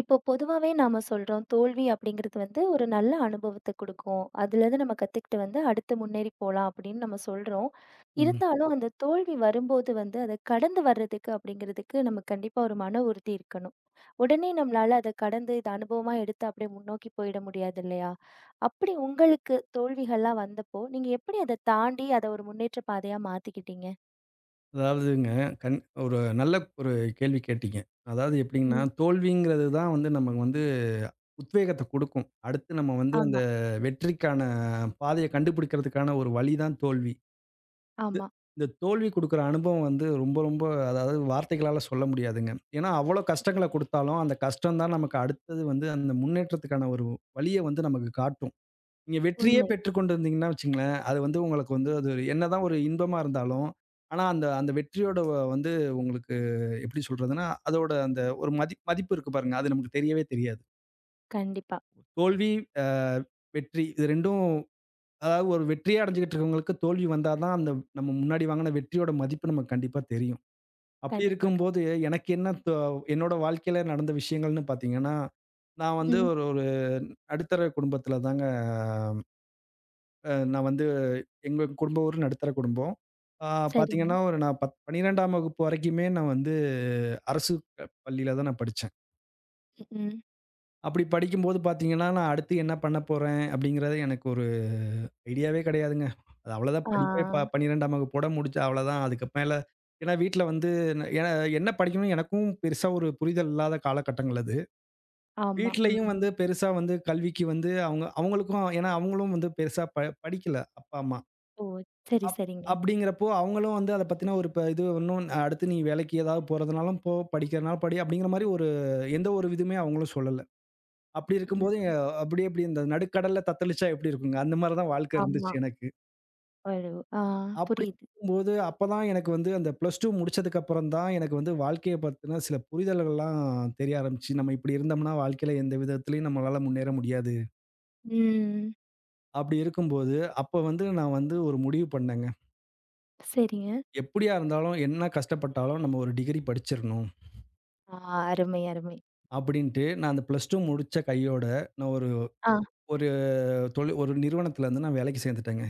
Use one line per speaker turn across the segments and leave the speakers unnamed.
இப்போ பொதுவாவே நாம சொல்றோம், தோல்வி அப்படிங்கிறது வந்து ஒரு நல்ல அனுபவத்த குடுக்கும். அதுலேருந்து நம்ம கத்துக்கிட்டு வந்து அடுத்து முன்னேறி போலாம் அப்படின்னு நம்ம சொல்றோம்.
ம்.
இருந்தாலும் அந்த தோல்வி வரும்போது வந்து அத கடந்து வர்றதுக்கு அப்படிங்கிறதுக்கு நமக்கு கண்டிப்பா ஒரு மன உறுதி இருக்கணும். உடனே நம்மளால அத கடந்து இத அனுபவமா எடுத்து அப்படியே முன்னோக்கி போயிட முடியாது இல்லையா? அப்படி உங்களுக்கு தோல்விகள்லாம் வந்தப்போ, நீங்க எப்படி அத தாண்டி அத ஒரு முன்னேற்ற பாதையா மாத்திக்கிட்டீங்க?
அதாவதுங்க, கண் ஒரு நல்ல ஒரு கேள்வி கேட்டீங்க. அதாவது எப்படிங்கன்னா,
ம்.
தோல்விங்கிறது தான் வந்து நமக்கு வந்து உத்வேகத்த குடுக்கும். அடுத்து நம்ம வந்து அந்த
ஆமா,
வெற்றிக்கான பாதைய கண்டுபிடிக்கிறதுக்கான ஒரு வழி தான் தோல்வி. இது
ஆமா.
இந்த தோல்வி குடுக்குற அனுபவம் வந்து ரொம்ப ரொம்ப அதாவது வார்த்தைகளால சொல்ல முடியாதுங்க. ஏன்னா, அவ்வளோ கஷ்டங்கள குடுத்தாலும், அந்த கஷ்டம் தான் நமக்கு அடுத்தது வந்து அந்த முன்னேற்றத்துக்கான ஒரு வழிய வந்து நமக்கு காட்டும். நீங்க வெற்றியே
உண்மை.
பெற்றுக் கொண்டிருந்தீங்கன்னா வச்சுங்களேன், அது வந்து உங்களுக்கு வந்து அது ஒரு என்னதான் ஒரு இன்பமா இருந்தாலும், ஆனா அந்த அந்த வெற்றியோட வந்து உங்களுக்கு எப்படி சொல்றதுன்னா, அதோட அந்த ஒரு மதிப்பு இருக்கு பாருங்க. அது நமக்கு தெரியவே தெரியாது.
கண்டிப்பா,
தோல்வி, அ வெற்றி இது 2ம் அதாவது ஒரு வெற்றியே அடைஞ்சுகிட்டு இருக்கவங்களுக்கு தோல்வி வந்தா தான் அந்த நம்ம முன்னாடி வாங்குன வெற்றியோட மதிப்பு நமக்கு கண்டிப்பா தெரியும். அப்படி
கண்டிப்பாக.
இருக்கும்போது எனக்கு என்ன என்னோட வாழ்க்கையில நடந்த விஷயங்கள்னு பார்த்தீங்கன்னா, நான் வந்து
ம்.
ஒரு ஒரு நடுத்தர குடும்பத்தில தாங்க நான் வந்து எங்க குடும்ப ஊரு நடுத்தர குடும்பம். ஆ
சரிங்க.
பார்த்தீங்கன்னா, ஒரு நான் 12ஆம் வகுப்பு வரைக்குமே நான் வந்து அரசு பள்ளியில தான் நான் படிச்சேன்.
ம்.
அப்படி படிக்கும்போது பார்த்தீங்கன்னா, நான் அடுத்து என்ன பண்ண போறேன் அப்படிங்கிறது எனக்கு ஒரு ஐடியாவே கிடையாதுங்க. அது அவ்வளோதான்
ஆ.
படிப்பே 12ஆம் வகுப்போட முடிச்சு அவ்வளோதான். அதுக்கு மேல ஏன்னா வீட்ல வந்து ஏன்னா என்ன படிக்கணும்னு எனக்கும் பெருசா ஒரு புரிதல் இல்லாத காலகட்டங்கள் அது.
ஆமா.
வீட்லயும்
ம்.
வந்து பெருசா வந்து கல்விக்கு வந்து அவங்களுக்கும் ஏன்னா அவங்களும் வந்து பெருசா படிக்கல அப்பா, அம்மா.
ஓ! சரி,
அப்
சரிங்க.
அப்படிங்கிறப்போ, அவங்களும் வந்து அத பத்தின ஒரு இப்ப இது இன்னும் அடுத்து நீ வேலைக்கு ஏதாவது போறதுனாலும் போ, படிக்கிறனாலும் படி அப்படிங்கிற மாரி ஒரு எந்த ஒரு இதுவுமே அவங்களும் சொல்லல. அப்படி இருக்கும்போது
ம்.
அப்படியே எப்படி இந்த நடுக்கடல்ல தத்தளிச்சா எப்படி இருக்குங்க? அந்த மாரி தான் வாழ்க்கை
ஆமா.
இருந்துச்சு எனக்கு.
ஒரு ஆ
அப்படி
புரியுது.
இருக்கும்போது அப்பதான் எனக்கு வந்து அந்த ப்ளஸ் 2 முடிச்சதுக்கு அப்புறம் தான் எனக்கு வந்து வாழ்க்கைய பத்தின சில புரிதல்கள்லாம் தெரிய ஆரம்பிச்சு. நம்ம இப்படி இருந்தோம்னா வாழ்க்கையில எந்த விதத்திலயும் நம்மளால முன்னேற முடியாது.
ம்.
அப்படி இருக்கும்போது, அப்ப வந்து நான் வந்து ஒரு முடிவு பண்ணேங்க.
சரிங்க.
எப்படியா இருந்தாலும், என்ன கஷ்டப்பட்டாலும் நம்ம ஒரு டிகிரி படிச்சிரணும்.
ஆ அருமை, அருமை.
அப்படின்ட்டு, நான் அந்த +2 முடிச்ச கையோட, நான் ஒரு
ஆ.
ஒரு ஒரு நிறுவனத்துல வந்து நான் வேலைக்கு சேர்ந்துட்டேங்க.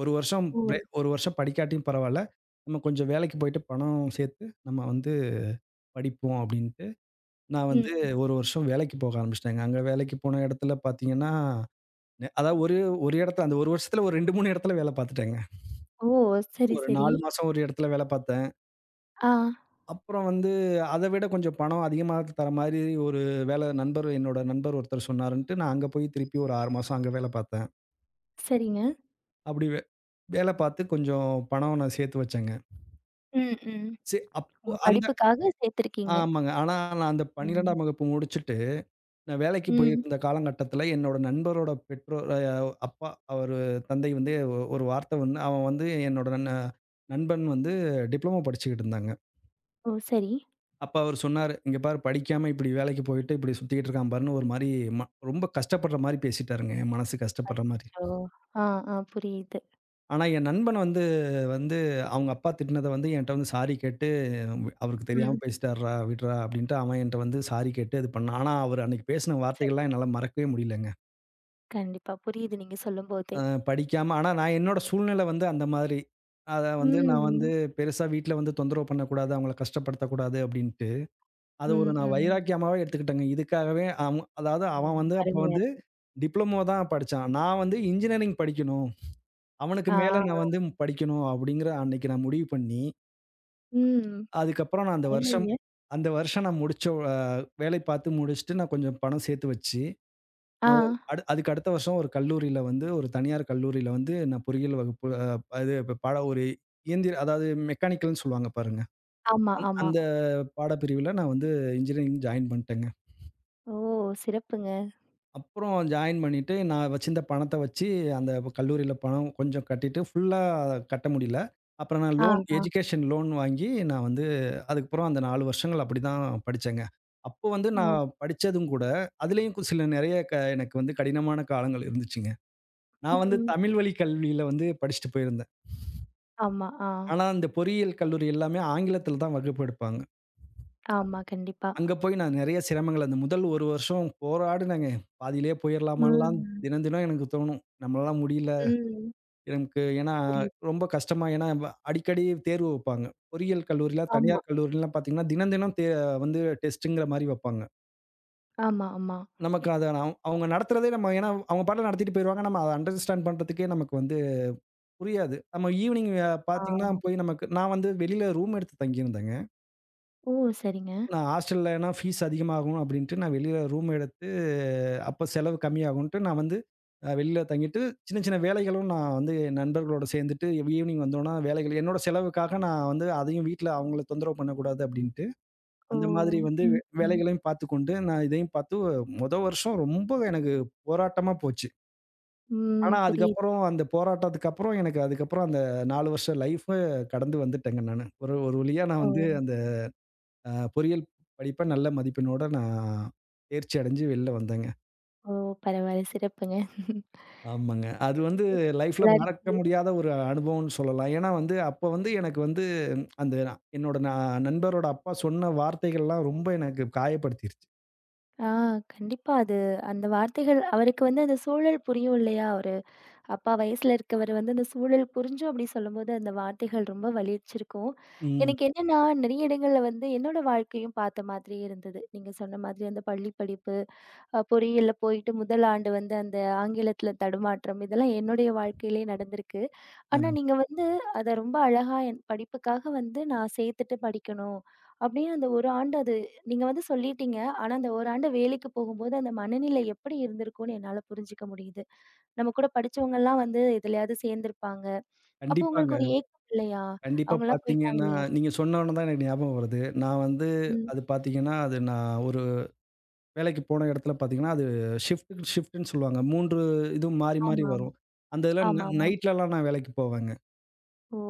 1 வருஷம்
ஓ!
1 வருஷம் படிக்காட்டியும் பரவால்ல. நம்ம கொஞ்சம் வேலைக்கு போயிட்டு பணம் சேர்த்து, நம்ம வந்து படிப்போம் அப்படின்ட்டு, நான் வந்து
ம்.
1 வருஷம் வேலைக்கு போக ஆரம்பிச்சுட்டேங்க. அங்க வேலைக்கு போன இடத்துல பார்த்தீங்கன்னா, அதாவது ஒரு ஒரு இடத்துல அந்த 1 வருஷத்துல ஒரு 2, 3 இடத்துல வேலை பார்த்துட்டேங்க.
ஓ! சரி,
ஒரு
சரி.
4 மாசம் ஒரு இடத்துல வேலை பார்த்தேன்.
ஆ.
அப்புறம் வந்து அத விட கொஞ்சம் பணம் அதிகமா தர மாரி ஒரு நண்பர் என்னோட நண்பர் ஒருத்தர் சொன்னாருன்ட்டு, நான் அங்க போய் திருப்பி ஒரு 6 மாசம் அங்க வேலை பார்த்தேன்.
சரிங்க.
அப்படி வேலை பார்த்து கொஞ்சம் பணம் நான் சேர்த்து வச்சேங்க.
ம், ம்.
அப்போ
உங்க
அந்த
படிப்புக்காக சேர்த்துருக்கீங்க.
ஆமாங்க. ஆனா நான் அந்த
ம்.
12ஆம் வகுப்பு முடிச்சுட்டு, நான் வேலைக்கு
ம்.
போயிருந்த காலகட்டத்தில என்னோட நண்பரோட பெற்றோர் அப்பா அவரு தந்தை வந்து ஒரு வார்த்தை வந்து அவன் வந்து என்னோட நண்பன் வந்து டிப்ளமோ படிச்சுக்கிட்டு இருந்தாங்க.
ஓ! சரி.
அப்ப அவரு சொன்னாரு, "இங்க பாரு படிக்காம இப்படி வேலைக்கு போயிட்டு இப்படி சுத்திக்கிட்டு இருக்கான் பாருன்னு" ஒரு மாரி ம ரொம்ப கஷ்டப்படுற மாரி பேசிட்டாருங்க. என் மனசு கஷ்டப்படுற மாரி.
அச்சச்சோ! ஆ, ஆ. புரியுது.
ஆனா, என் நண்பன் வந்து வந்து அவங்க அப்பா திட்டினத வந்து என்ட்ட வந்து சாரி கேட்டு, "அவருக்கு தெரியாம
ம்.
பேசிட்டாருடா, விட்றா" அப்படின்ட்டு அவன் என்ட்ட வந்து சாரி கேட்டு இது பண்ணான். ஆனா, அவரு அன்னைக்கு பேசின
சரி.
வார்த்தைகள்லாம் என்னால மறக்கவே முடியலங்க.
கண்டிப்பா. புரியுது நீங்க சொல்லும்போதே.
அ படிக்காம ஆனா நான் என்னோட சூழ்நிலை வந்து அந்த மாதிரி. அத வந்து நான் வந்து
ம்.
பெருசா வீட்ல வந்து தொந்தரவு பண்ணக்கூடாது, அவங்கள கஷ்டப்படுத்தக்கூடாது அப்படின்ட்டு. அத ஒரு
ம்,
நான்
ம்.
வைராக்கியமாவே எடுத்துக்கிட்டேங்க. இதுக்காகவே அதாவது அவன்
ம்.
வந்து அப்ப
அருமை,
வந்து
அருமை.
டிப்ளமோ தான் படிச்சான். நான் வந்து இன்ஜினியரிங் படிக்கணும். அவனுக்கு
ஆ.
மேல நான் வந்து படிக்கணும் அப்படிங்கிற அன்னைக்கு நான் முடிவு பண்ணி
ம்.
அதுக்கப்புறம் நான் அந்த வருஷம்
அருமைங்க.
அந்த வருஷம் நான் முடிச்ச அ வேலை பார்த்து முடிச்சுட்டு, நான் கொஞ்சம் பணம் சேர்த்து வச்சு,
ஆ.
நான் ஒரு அதுக்கு அடுத்த வருஷம் ஒரு கல்லூரியில வந்து ஒரு தனியார் கல்லூரியில வந்து நான் பொறியியல் வகுப்பு அது இப்ப பாட ஒரு இயந்திர அதாவது மெக்கானிக்கல்ன்னு சொல்லுவாங்க பாருங்க.
ஆமா, ஆமா.
அந்த பாடப்பிரிவில நான் வந்து இன்ஜினியரிங் ஜாயின் பண்ணிட்டேங்க.
ஓ! சிறப்புங்க.
அப்புறம் ஜாயின் பண்ணிட்டு, நான் வச்சிருந்த பணத்த வச்சு, அந்த கல்லூரியில பணம் கொஞ்சம் கட்டிட்டு, ஃபுல்லா கட்ட முடியல. அப்புறம் நான்
ஆ,
லோன்
ஆ.
எஜுகேஷன் லோன் வாங்கி, நான் வந்து அதுக்கப்புறம் அந்த 4 வருஷங்கள் அப்படிதான் படிச்சேங்க. அப்போ வந்து
ஓ!
நான் படிச்சதும் கூட, அதிலேயும் சில நெறைய எனக்கு வந்து கடினமான காலங்கள் இருந்துச்சுங்க. நான் வந்து
ம்.
தமிழ் வழி கல்வியில வந்து படிச்சுட்டு போயிருந்தேன்.
ஆமா, ஆ.
ஆனா, அந்த பொறியியல் கல்லூரி எல்லாமே ஆங்கிலத்தில தான் வகுப்பு எடுப்பாங்க.
ஆமா, கண்டிப்பா.
அங்க போய் நான் நெறைய சிரமங்கள் அந்த முதல் 1 வருஷம் போராடுனேங்க. பாதியிலேயே போயிரலாமான்லாம்
ம்.
தினம், தினம் எனக்கு தோணும். நம்மளால முடியல.
ம்.
எனக்கு ஏன்னா,
புரியுது.
ரொம்ப கஷ்டமா ஏன்னா அடிக்கடி தேர்வு வைப்பாங்க. பொறியியல் கல்லூரில,
ஆமா,
தனியார் கல்லூரிலலாம் பார்த்தீங்கன்னா, தினம் தினம் வந்து டெஸ்ட்டுங்கிற மாரி வைப்பாங்க.
ஆமா, ஆமா.
நமக்கு அத அவங்க நடத்துறதே நம்ம ஏன்னா அவங்க பாட்டுல நடத்திட்டு போயிருவாங்க. நம்ம அத அண்டர்ஸ்டாண்ட் பண்றதுக்கே நமக்கு வந்து புரியாது. நம்ம ஈவினிங்
ஆ.
பார்த்தீங்கன்னா, போய் நமக்கு நான் வந்து வெளியில ரூம் எடுத்து தங்கியிருந்தேங்க.
ஓ! சரிங்க.
நான் ஹாஸ்டல்லனா ஃபீஸ் அதிகமாகும் அப்படின்ட்டு நான் வெளியில ரூம் எடுத்து அப்ப செலவு கம்மியாகுன்ட்டு நான் வந்து வெளியில தங்கிட்டு, சின்ன சின்ன வேலைகளும் நான் வந்து என் நண்பர்களோட சேர்ந்துட்டு ஈவ்னிங் வந்தோன்னா வேலைகள் என்னோட செலவுக்காக நான் வந்து அதையும் வீட்ல அவங்கள தொந்தரவு பண்ணக்கூடாது அப்டின்ட்டு,
ஓ!
அந்த மாதிரி வந்து
ம், ம்.
வேலைகளையும் பார்த்துக்கொண்டு, நான் இதையும் பார்த்து வருஷம் ரொம்ப எனக்கு போராட்டமா போச்சு.
ம்.
ஆனா
புரியுது.
அதுக்கப்புறம் அந்த போராட்டத்துக்கு அப்புறம் எனக்கு அதுக்கப்புறம் அந்த 4 வருஷம் கடந்து வந்துட்டேங்க நானு. ஒரு ஒரு வழியா நான் வந்து
ஓ!
அந்த பொறியியல் படிப்ப நல்ல மதிப்பெண்ணோட நான் தேர்ச்சி அடைஞ்சு வெளில வந்தேங்க.
ஓ! பரவால்ல, சிறப்புங்க.
ஆமாங்க. அது வந்து
இது
லைஃப்ல
நல்லா
மறக்க
இருக்கு.
முடியாத ஒரு அனுபவம்ன்னு சொல்லலாம். ஏன்னா வந்து, அப்ப வந்து எனக்கு வந்து அந்த என்னோட நண்பரோட அப்பா சொன்ன வார்த்தைகள்லாம் ரொம்ப எனக்கு காயப்படுத்திருச்சு.
ஆ, கண்டிப்பா அது அந்த வார்த்தைகள் அவருக்கு வந்து அந்த சூழல் புரியும் இல்லையா? ஒரு அப்பா வயசுல இருக்கவரு வந்து அந்த சூழல் புரிஞ்சும் அப்படி சொல்லும்போது, அந்த வார்த்தைகள் ரொம்ப வலிச்சிருக்கும்.
ம்.
எனக்கு என்னன்னா, நெறைய இடங்கள்ல வந்து என்னோட வாழ்க்கையும் பார்த்த மாதிரியே இருந்தது. நீங்க சொன்ன மாதிரி அந்த பள்ளி படிப்பு, பொறியியல்ல போயிட்டு முதல் ஆண்டு வந்து அந்த ஆங்கிலத்தில தடுமாற்றம், இதெல்லாம் என்னுடைய வாழ்க்கையிலேயே நடந்திருக்கு. ஆனா,
அ
நீங்க வந்து அத ரொம்ப அழகா என் படிப்புக்காக வந்து நான் சேர்த்துட்டு படிக்கணும். அப்படின்னு அந்த 1 ஆண்டு அது நீங்க வந்து சொல்லிட்டீங்க. ஆனா, அந்த 1 ஆண்டு வேலைக்கு போகும்போது அந்த மனநிலை எப்படி இருந்திருக்கும்னு என்னால புரிஞ்சுக்க முடியுது. நம்ம கூட படிச்சவங்கலாம் வந்து எதுலயாவது சேர்ந்திருப்பாங்க. அப்போ உங்களுக்கு
கண்டிப்பாங்க.
ஒரு ஏக்கம் இல்லையா?
கண்டிப்பா
அவங்கலாம்
பார்த்தீங்கன்னா,
போயிட்டாங்களே.
நீங்க சொன்னோன தான் எனக்கு ஞாபகம் வருது. நான் வந்து
ம்.
அது பார்த்தீங்கன்னா, அது நான் ஒரு வேலைக்கு போன இடத்துல பார்த்தீங்கன்னா, அது ஷிஃப்ட்ன்னு சொல்லுவாங்க. 3 இதுவும் மாறி மாறி
ஆமா, ஆமா.
வரும். அந்த இதில
ஆமா. 3
நைட்லலாம் நான் வேலைக்கு போவேங்க.
ஓ!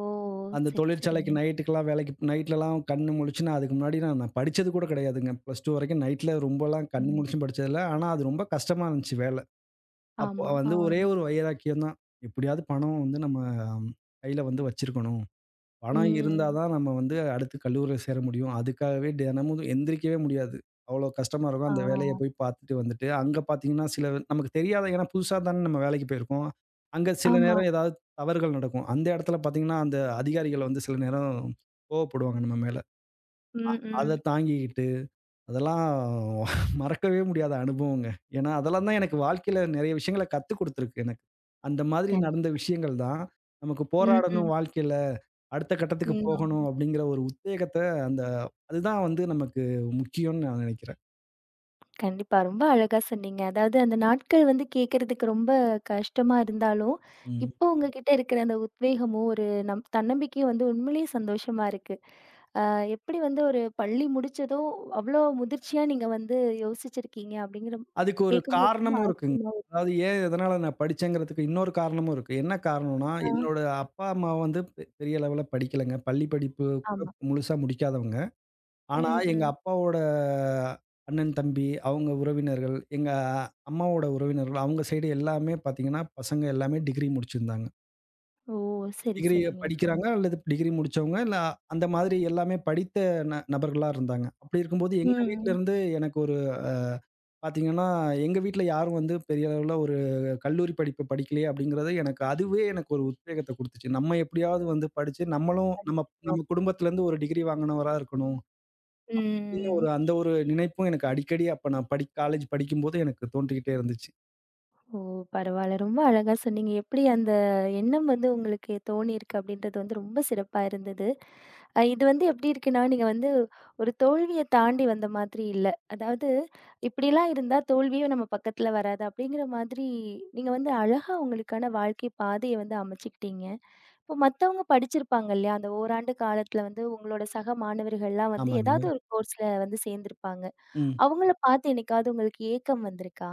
அந்த
சரி, சரிங்க.
தொழிற்சாலைக்கு நைட்டுக்கெல்லாம் வேலைக்கு நைட்லலாம் கண்ணு முழிச்சு நான் அதுக்கு முன்னாடி நான் நான் படிச்சது கூட கிடையாதுங்க. +2 வரைக்கும் நைட்ல ரொம்பலாம் கண்ணு
ம்.
முழிச்சும் படிச்சதில்ல. ஆனா, அது ரொம்ப கஷ்டமா இருந்துச்சு வேலை. அப்போ
ஆமா. ஆ.
வந்து ஒரே ஒரு வைராக்கியம் தான். எப்படியாவது பணம் வந்து நம்ம கையில வந்து வச்சிருக்கணும். பணம் இருந்தா
ம்.
தான் நம்ம வந்து அடுத்து கல்லூரியில சேர முடியும். அதுக்காகவே தினமும் எந்திரிக்கவே முடியாது. அவ்வளோ கஷ்டமா இருக்கும்.
ஆ.
அந்த வேலைய போய் பார்த்துட்டு வந்துட்டு, அங்க பார்த்தீங்கன்னா சில நமக்கு தெரியாத ஏன்னா புதுசா தானே நம்ம வேலைக்கு போயிருக்கோம். அங்க சில
ஆமா.
நேரம் ஏதாவது தவறுகள் நடக்கும். அந்த இடத்துல பார்த்தீங்கன்னா, அந்த அதிகாரிகள் வந்து சில நேரம் கோவப்படுவாங்க நம்ம மேல.
ம்,
அத
ம்.
தாங்கிக்கிட்டு, அதெல்லாம் மறக்கவே முடியாத அனுபவங்க. ஏன்னா, அதெல்லாம் தான் எனக்கு வாழ்க்கையில நெறைய விஷயங்கள கத்துக் குடுத்துருக்கு எனக்கு. அந்த மாதிரி நடந்த
கண்டிப்பா.
விஷயங்கள் தான் நமக்கு
ம், ம்.
போராடணும் வாழ்க்கையில அடுத்த கட்டத்துக்கு
ம்.
போகணும் அப்படிங்கிற ஒரு உத்வேகத்த அந்த அதுதான் வந்து நமக்கு முக்கியம்னு நான் நினைக்கிறேன்.
கண்டிப்பா. ரொம்ப அழகா சொன்னீங்க. அதாவது அந்த நாட்கள் வந்து கேட்கறதுக்கு ரொம்ப கஷ்டமா இருந்தாலும்,
ம்.
இப்போ உங்ககிட்ட இருக்கிற அந்த உத்வேகமும், ஒரு நம் தன்னம்பிக்கையும் வந்து உண்மையிலேயே சந்தோஷமா இருக்கு. எப்படி வந்து ஒரு பள்ளி முடிச்சதும் அவ்ளோ முதிர்ச்சியா நீங்க வந்து யோசிச்சிருக்கீங்க அப்படிங்கிற
அதுக்கு ஒரு
கேட்கும்போது ரொம்ப
காரணமும் இருக்குங்க.
ஆச்சரியமா இருக்கு.
அதாவது ஏன் எதனால நான் படிச்சேங்கிறதுக்கு இன்னொரு காரணமும் இருக்கு. என்ன காரணம்னா,
ஆ,
என்னோட அப்பா, அம்மா வந்து பெரிய லெவல்ல படிக்கலங்க. பள்ளி படிப்பு கூட
ஆமா.
முழுசா முடிக்காதவங்க. ஆனா
ம்,
எங்க
ம்.
அப்பாவோட அண்ணன், தம்பி அவங்க உறவினர்கள், எங்க அம்மாவோட உறவினர்கள் அவங்க சைடு எல்லாமே பார்த்தீங்கன்னா, பசங்க எல்லாமே டிகிரி முடிச்சிருந்தாங்க.
ஓ! சரி,
டிகிரி
சரிங்க. அ.
படிக்கிறாங்க அல்லது டிகிரி முடிச்சவங்க. இல்ல அந்த மாதிரி எல்லாமே படித்த நபர்களா இருந்தாங்க. அப்படி இருக்கும்போது
ம்,
எங்க
ம்.
வீட்லருந்து எனக்கு ஒரு பார்த்தீங்கன்னா, எங்க வீட்ல யாரும் வந்து பெரிய அளவுல ஒரு கல்லூரி படிப்பு படிக்கலையே அப்படிங்கிறது எனக்கு அதுவே எனக்கு ஒரு உத்வேகத்த குடுத்துச்சு. நம்ம எப்படியாவது வந்து படிச்சு நம்மளும் நம்ம
படிச்சிருந்தோம்.
நம்ம குடும்பத்திலருந்து ஒரு டிகிரி வாங்கினவரா இருக்கணும். அப்படின்னு
ம்.
ஒரு அந்த ஒரு நினைப்பும் எனக்கு அடிக்கடி அப்ப நான் காலேஜ் படிக்கும்போது எனக்கு தோன்றிக்கிட்டே இருந்துச்சு.
ஓ! பரவால்ல. ரொம்ப அழகா சொன்னீங்க. எப்படி அந்த எண்ணம் வந்து உங்களுக்கு தோணியிருக்கு அப்படின்றது வந்து ரொம்ப சிறப்பா இருந்தது. இது வந்து எப்படி இருக்குன்னா, நீங்க வந்து ஒரு தோல்விய தாண்டி வந்த மாதிரி இல்ல. அதாவது இப்படிலாம் இருந்தா தோல்வியும் நம்ம பக்கத்துல வராது அப்படிங்கிற மாதிரி, நீங்க வந்து அழகா உங்களுக்கான வாழ்க்கை பாதைய வந்து அமைச்சுக்கிட்டீங்க. இப்போ மத்தவங்க படிச்சிருப்பாங்க இல்லையா? அந்த ஓராண்டு காலத்துல வந்து உங்களோட சக மாணவர்கள்லாம் வந்து
ஆமாங்க.
ஏதாவது ஒரு கோர்ஸ்ல வந்து சேர்ந்திருப்பாங்க.
ம்.
அவங்கள பார்த்து என்னைக்காவது உங்களுக்கு ஏக்கம் வந்திருக்கா?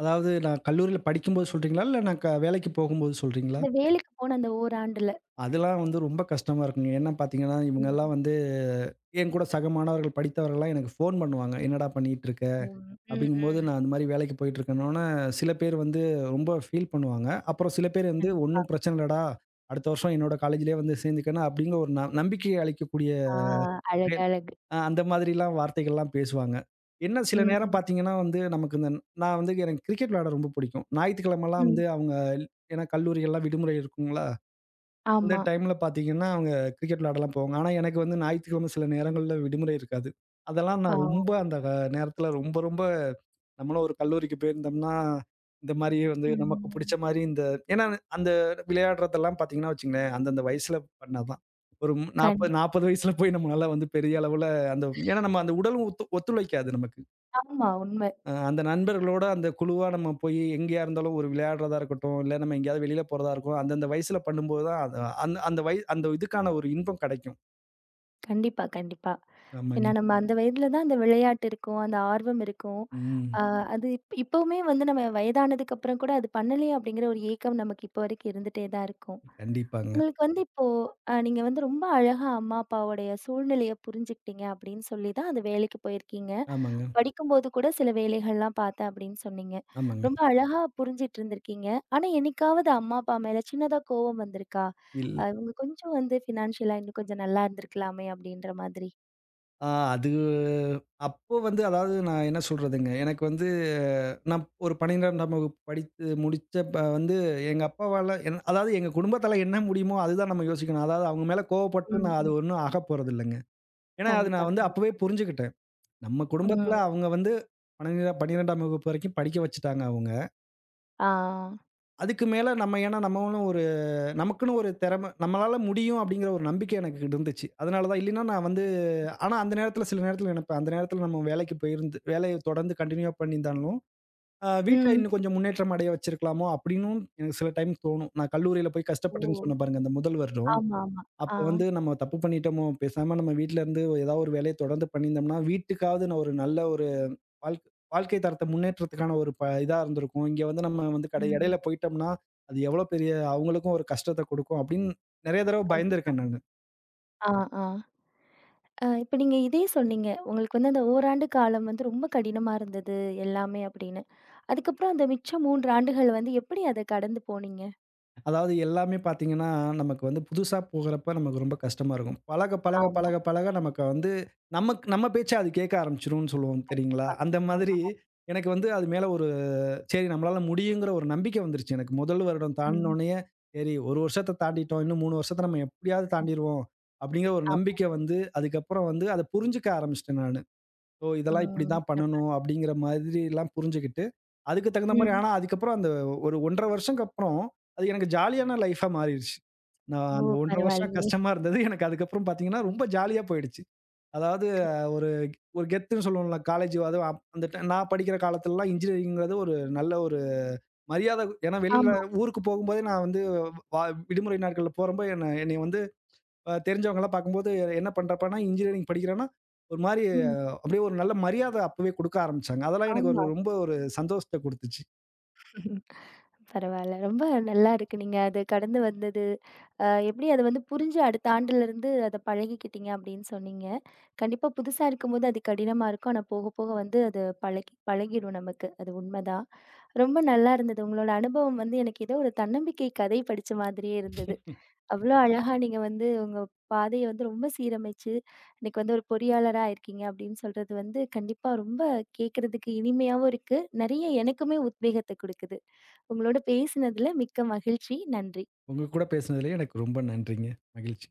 அதாவது நான் கல்லூரியில படிக்கும்போது சொல்றீங்களா? இல்ல நான் வேலைக்கு போகும்போது சொல்றீங்களா?
அந்த வேலைக்கு போன அந்த ஓராண்டுல?
அதெல்லாம் வந்து ரொம்ப கஷ்டமா இருக்குங்க. ஏன்னா பார்த்தீங்கன்னா, இவங்கலாம்
ம்.
வந்து என் கூட சக மாணவர்கள் படித்தவர்கள்லாம் எனக்கு ஃபோன் பண்ணுவாங்க. "என்னடா பண்ணிகிட்டுருக்க?"
போகணும். ம்,
அப்படிங்கும்போது
ம்.
நான் அந்த மாரி வேலைக்கு போயிட்டுருக்கேன்னோன, சில பேர் வந்து ரொம்ப ஃபீல் பண்ணுவாங்க. அப்புறம் சில பேர் வந்து,
கண்டிப்பா.
"ஒண்ணும் பிரச்சனை இல்லடா. அடுத்த வருஷம் என்னோட காலேஜ்லயே வந்து சேர்ந்துக்கன்னா" அப்படிங்கிற ஒரு நம்பிக்கை அளிக்கக்கூடிய
ஆ அழகு,
வகையில்
அழகு.
அந்த மாதிரிலாம் வார்த்தைகள்லாம் பேசுவாங்க. என்ன சில நேரம்
ம்.
பார்த்தீங்கன்னா வந்து, நமக்கு இந்த நான் வந்து எனக்கு கிரிக்கெட் விளையாட ரொம்ப பிடிக்கும். ஞாயித்துக்கிழமைலாம்
ம்.
வந்து அவங்க ஏன்னா கல்லூரிகள்லாம் விடுமுறை இருக்குங்களா? அந்த
ஆமா.
டைம்ல பார்த்தீங்கன்னா, அவங்க கிரிக்கெட் விளையாடலாம் போவாங்க. ஆனா, எனக்கு வந்து ஞாயிற்றுக்கிழமை சில நேரங்கள்ல விடுமுறை இருக்காது. அதெல்லாம்
ஆ.
நான் ரொம்ப அந்த நேரத்துல ரொம்ப, ரொம்ப நம்மளும் ஒரு கல்லூரிக்கு போயிருந்தோம்னா, இந்த மாரி வந்து நமக்கு
ம்.
புடிச்ச மாரி இந்த ஏன்னா அந்த விளையாடுறதெல்லாம் பார்த்தீங்கன்னா வச்சுக்கங்களேன், அந்தந்த வயசுல பண்ணாதான். ஒரு 40
கண்டி
40 வயசுல போய் நம்மளால வந்து பெரிய அளவுல அந்த ஏன்னா நம்ம அந்த உடலும் ஒத்துழைக்காது நமக்கு.
ஆமா உண்மை.
அந்த நண்பர்களோட அந்த குழுவா நம்ம போய் எங்கேயா இருந்தாலும் ஒரு விளையாடுறதா இருக்கட்டும், இல்ல நம்ம எங்கேயாவது வெளியில போறதா இருக்கும். அந்தந்த வயசுல பண்ணும்போது தான் அது அந்த அந்த அந்த இதுக்கான ஒரு இன்பம் கிடைக்கும்.
கண்டிப்பா, கண்டிப்பா. ஏன்னா
ஆமாங்க.
நம்ம அந்த வயதில தான் அந்த விளையாட்டு இருக்கும், அந்த ஆர்வம் இருக்கும்.
ம்.
ஆ அது இப்பவுமே வந்து நம்ம வயதானதுக்கு அப்புறம் கூட அது பண்ணலையே அப்படிங்கிற ஒரு ஏக்கம் நமக்கு இப்போ வரைக்கும் இருந்துட்டே தான் இருக்கும்.
கண்டிப்பாங்க.
உங்களுக்கு வந்து இப்போ நீங்க வந்து ரொம்ப அழகா அம்மா, அப்பாவோடைய சூழ்நிலைய புரிஞ்சுக்கிட்டீங்க அப்படின்னு சொல்லி தான் அந்த வேலைக்கு போயிருக்கீங்க.
ஆமாங்க,
படிக்கும்போது கூட சில வேலைகள்லாம் பார்த்தேன் அப்படின்னு சொன்னீங்க.
ஆமாங்க.
ரொம்ப அழகா புரிஞ்சிட்டு இருந்திருக்கீங்க. ஆனா என்னைக்காவது அம்மா, அப்பா மேல சின்னதா கோவம் வந்திருக்கா?
இல்
இவங்க கொஞ்சம் வந்து ஃபினான்ஷியலா இன்னும் கொஞ்சம் நல்லா இருந்திருக்கலாமே அப்படின்ற மாதிரி.
ஆ அது அப்போ வந்து அதாவது நான் என்ன சொல்றதுங்க, எனக்கு வந்து நான் ஒரு 12ஆம் வகுப்பு படித்து முடிச்சப்ப வந்து எங்க அப்பாவால என் அதாவது எங்க குடும்பத்தால என்ன முடியுமோ அதுதான் நம்ம யோசிக்கணும். அதாவது அவங்க மேல கோவப்பட்டு
ம்,
நான் அது
ம்.
ஒண்ணும் ஆகப்போறதில்லங்க. ஏன்னா அது
கண்டிப்பா,
நான் வந்து அப்பவே
கண்டிப்பா.
புரிஞ்சுக்கிட்டேன். நம்ம குடும்பத்துல
ம்.
அவங்க வந்து 12 12ஆம் வகுப்பு வரைக்கும் படிக்க வச்சுட்டாங்க அவங்க.
ஆ.
அதுக்கு மேல நம்ம ஏன்னா நம்மளும் ஒரு நமக்குன்னு ஒரு திறமை நம்மளால முடியும் அப்படிங்கிற ஒரு நம்பிக்கை எனக்கு இருந்துச்சு. அதனால தான் இல்லைன்னா நான் வந்து ஆனா அந்த நேரத்துல சில நேரத்துல நினைப்பேன். அந்த நேரத்துல நம்ம வேலைக்கு போயிருந்து வேலைய தொடர்ந்து கன்டின்யூவா பண்ணியிருந்தாலும், வீட்ல
ம்.
இன்னும் கொஞ்சம் முன்னேற்றம் அடைய வச்சிருக்கலாமோ அப்படின்னும் எனக்கு சில டைம் தோணும். நான் கல்லூரியில போய்
ஓ!
கஷ்டப்பட்டேன்னு சொன்னேன் பாருங்க அந்த முதல் வருடம்.
ஆமாமா.
அப்ப
ஆ.
வந்து நம்ம தப்பு பண்ணிட்டோமோ! பேசாம நம்ம வீட்ல இருந்து ஏதாவது ஒரு வேலைய தொடர்ந்து பண்ணியிருந்தோம்னா, வீட்டுக்காவது நான் ஒரு நல்ல ஒரு வாழ்க் வாழ்க்கை தரத்த முன்னேற்றத்துக்கான ஒரு இதா இருந்திருக்கும். இங்க வந்து நம்ம வந்து கடை
ம்.
இடையில போயிட்டோம்னா, அது எவ்வளோ பெரிய அவங்களுக்கும் ஒரு கஷ்டத்த கொடுக்கும் அப்படின்னு நெறைய தடவ
கண்
பயந்திருக்கேன் நானு.
ஆ, ஆ. இப்ப நீங்க இதே சொன்னீங்க. உங்களுக்கு வந்து அந்த ஓராண்டு காலம் வந்து ரொம்ப கடினமா இருந்தது எல்லாமே அப்படின்னு. அதுக்கப்புறம் அந்த மிச்சம் 3 ஆண்டுகள் வந்து எப்படி அத கடந்து போனீங்க?
அதாவது எல்லாமே பார்த்தீங்கன்னா, நமக்கு வந்து புதுசா போகுறப்ப நமக்கு ரொம்ப கஷ்டமா இருக்கும். பழக, பழக,
ஆமா.
பழக, பழக நமக்கு வந்து நமக்கு நம்ம பேச்ச அது கேட்க ஆரம்பிச்சுரும்னு சொல்லுவோம் தெரியுங்களா?
கண்டிப்பா.
அந்த மாதிரி
ஆமா.
எனக்கு வந்து அது மேல ஒரு சரி நம்மளால முடியுங்கிற ஒரு நம்பிக்கை வந்துருச்சு எனக்கு. முதல் வருடம்
ம்.
தாண்டுனோனயே, சரி 1 வருஷத்த தாண்டிட்டோம். இன்னும் 3 வருஷத்த நம்ம எப்படியாவது தாண்டிருவோம். அப்படிங்கிற ஒரு
ஆமா.
நம்பிக்கை வந்து, அதுக்கப்புறம் வந்து அத புரிஞ்சுக்க ஆரம்பிச்சுட்டேன் நானு. ஓ! இதெல்லாம்
ம்.
இப்படிதான்
சிறப்பா.
பண்ணணும் அப்படிங்கிற மாதிரிலாம் புரிஞ்சுகிட்டு, அதுக்கு தகுந்த மாரி
ம்.
ஆனா அதுக்கப்புறம் அந்த ஒரு 1 1/2 வருஷம்க்கு அப்புறம், அது எனக்கு ஜாலியான லைஃபா மாறிருச்சு. நான்
ஓ!
அந்த 1 1/2 வருஷம்
பரவாயில்லையே.
கஷ்டமா இருந்தது. எனக்கு அதுக்கப்புறம் பார்த்தீங்கன்னா, ரொம்ப ஜாலியா போயிடுச்சு. அதாவது ஒரு ஒரு கெத்துன்னு சொல்லுவோம்ல, காலேஜ் அதுவும் அந்த நான் படிக்கிற காலத்துலலாம் இன்ஜினியரிங்கிறது ஒரு நல்ல ஒரு மரியாதை ஏன்னா வெளியில
ஆமா.
ஊருக்கு போகும்போதே நான் வந்து வா விடுமுறை நாட்கள்ல போறப்போ என்ன என்னைய வந்து தெரிஞ்சவங்கலாம் பார்க்கும்போது என்ன பண்றப்பன்னா, இன்ஜினியரிங் படிக்கிறேன்னா, ஒரு மாரி
ம்.
அப்படியே ஒரு நல்ல மரியாதை அப்பவே குடுக்க ஆரம்பிச்சாங்க. அதெல்லாம் எனக்கு ஒரு
ஆமா.
ரொம்ப ஒரு சந்தோஷத்த குடுத்துச்சு.
பரவால்ல. ரொம்ப நல்லா இருக்கு. நீங்க அது கடந்து வந்தது. எப்படி அது வந்து புரிஞ்சு அடுத்த ஆண்டுலருந்து அத பழகிக்கிட்டீங்க அப்படின்னு சொன்னீங்க. கண்டிப்பா புதுசா இருக்கும்போது அது கடினமா இருக்கும். ஆனா போக போக வந்து அது பழகி பழகிடும் நமக்கு. அது உண்மதான். ரொம்ப நல்லா இருந்தது. உங்களோட அனுபவம் வந்து எனக்கு ஏதோ ஒரு தன்னம்பிக்கை கதை படிச்ச மாதிரியே இருந்தது. அவ்வளோ அழகா நீங்க வந்து உங்க பாதைய வந்து ரொம்ப சீரமைச்சு, இன்னைக்கு வந்து ஒரு பொறியாளரா இருக்கீங்க அப்படின்னு சொல்றது வந்து கண்டிப்பா ரொம்ப கேட்கறதுக்கு இனிமையாவும் இருக்கு. நெறைய எனக்குமே உத்வேகத்த குடுக்குது. உங்களோட பேசினதுல மிக்க மகிழ்ச்சி. நன்றி.
உங்க கூட பேசினதுலயே எனக்கு ரொம்ப நன்றிங்க. மகிழ்ச்சி.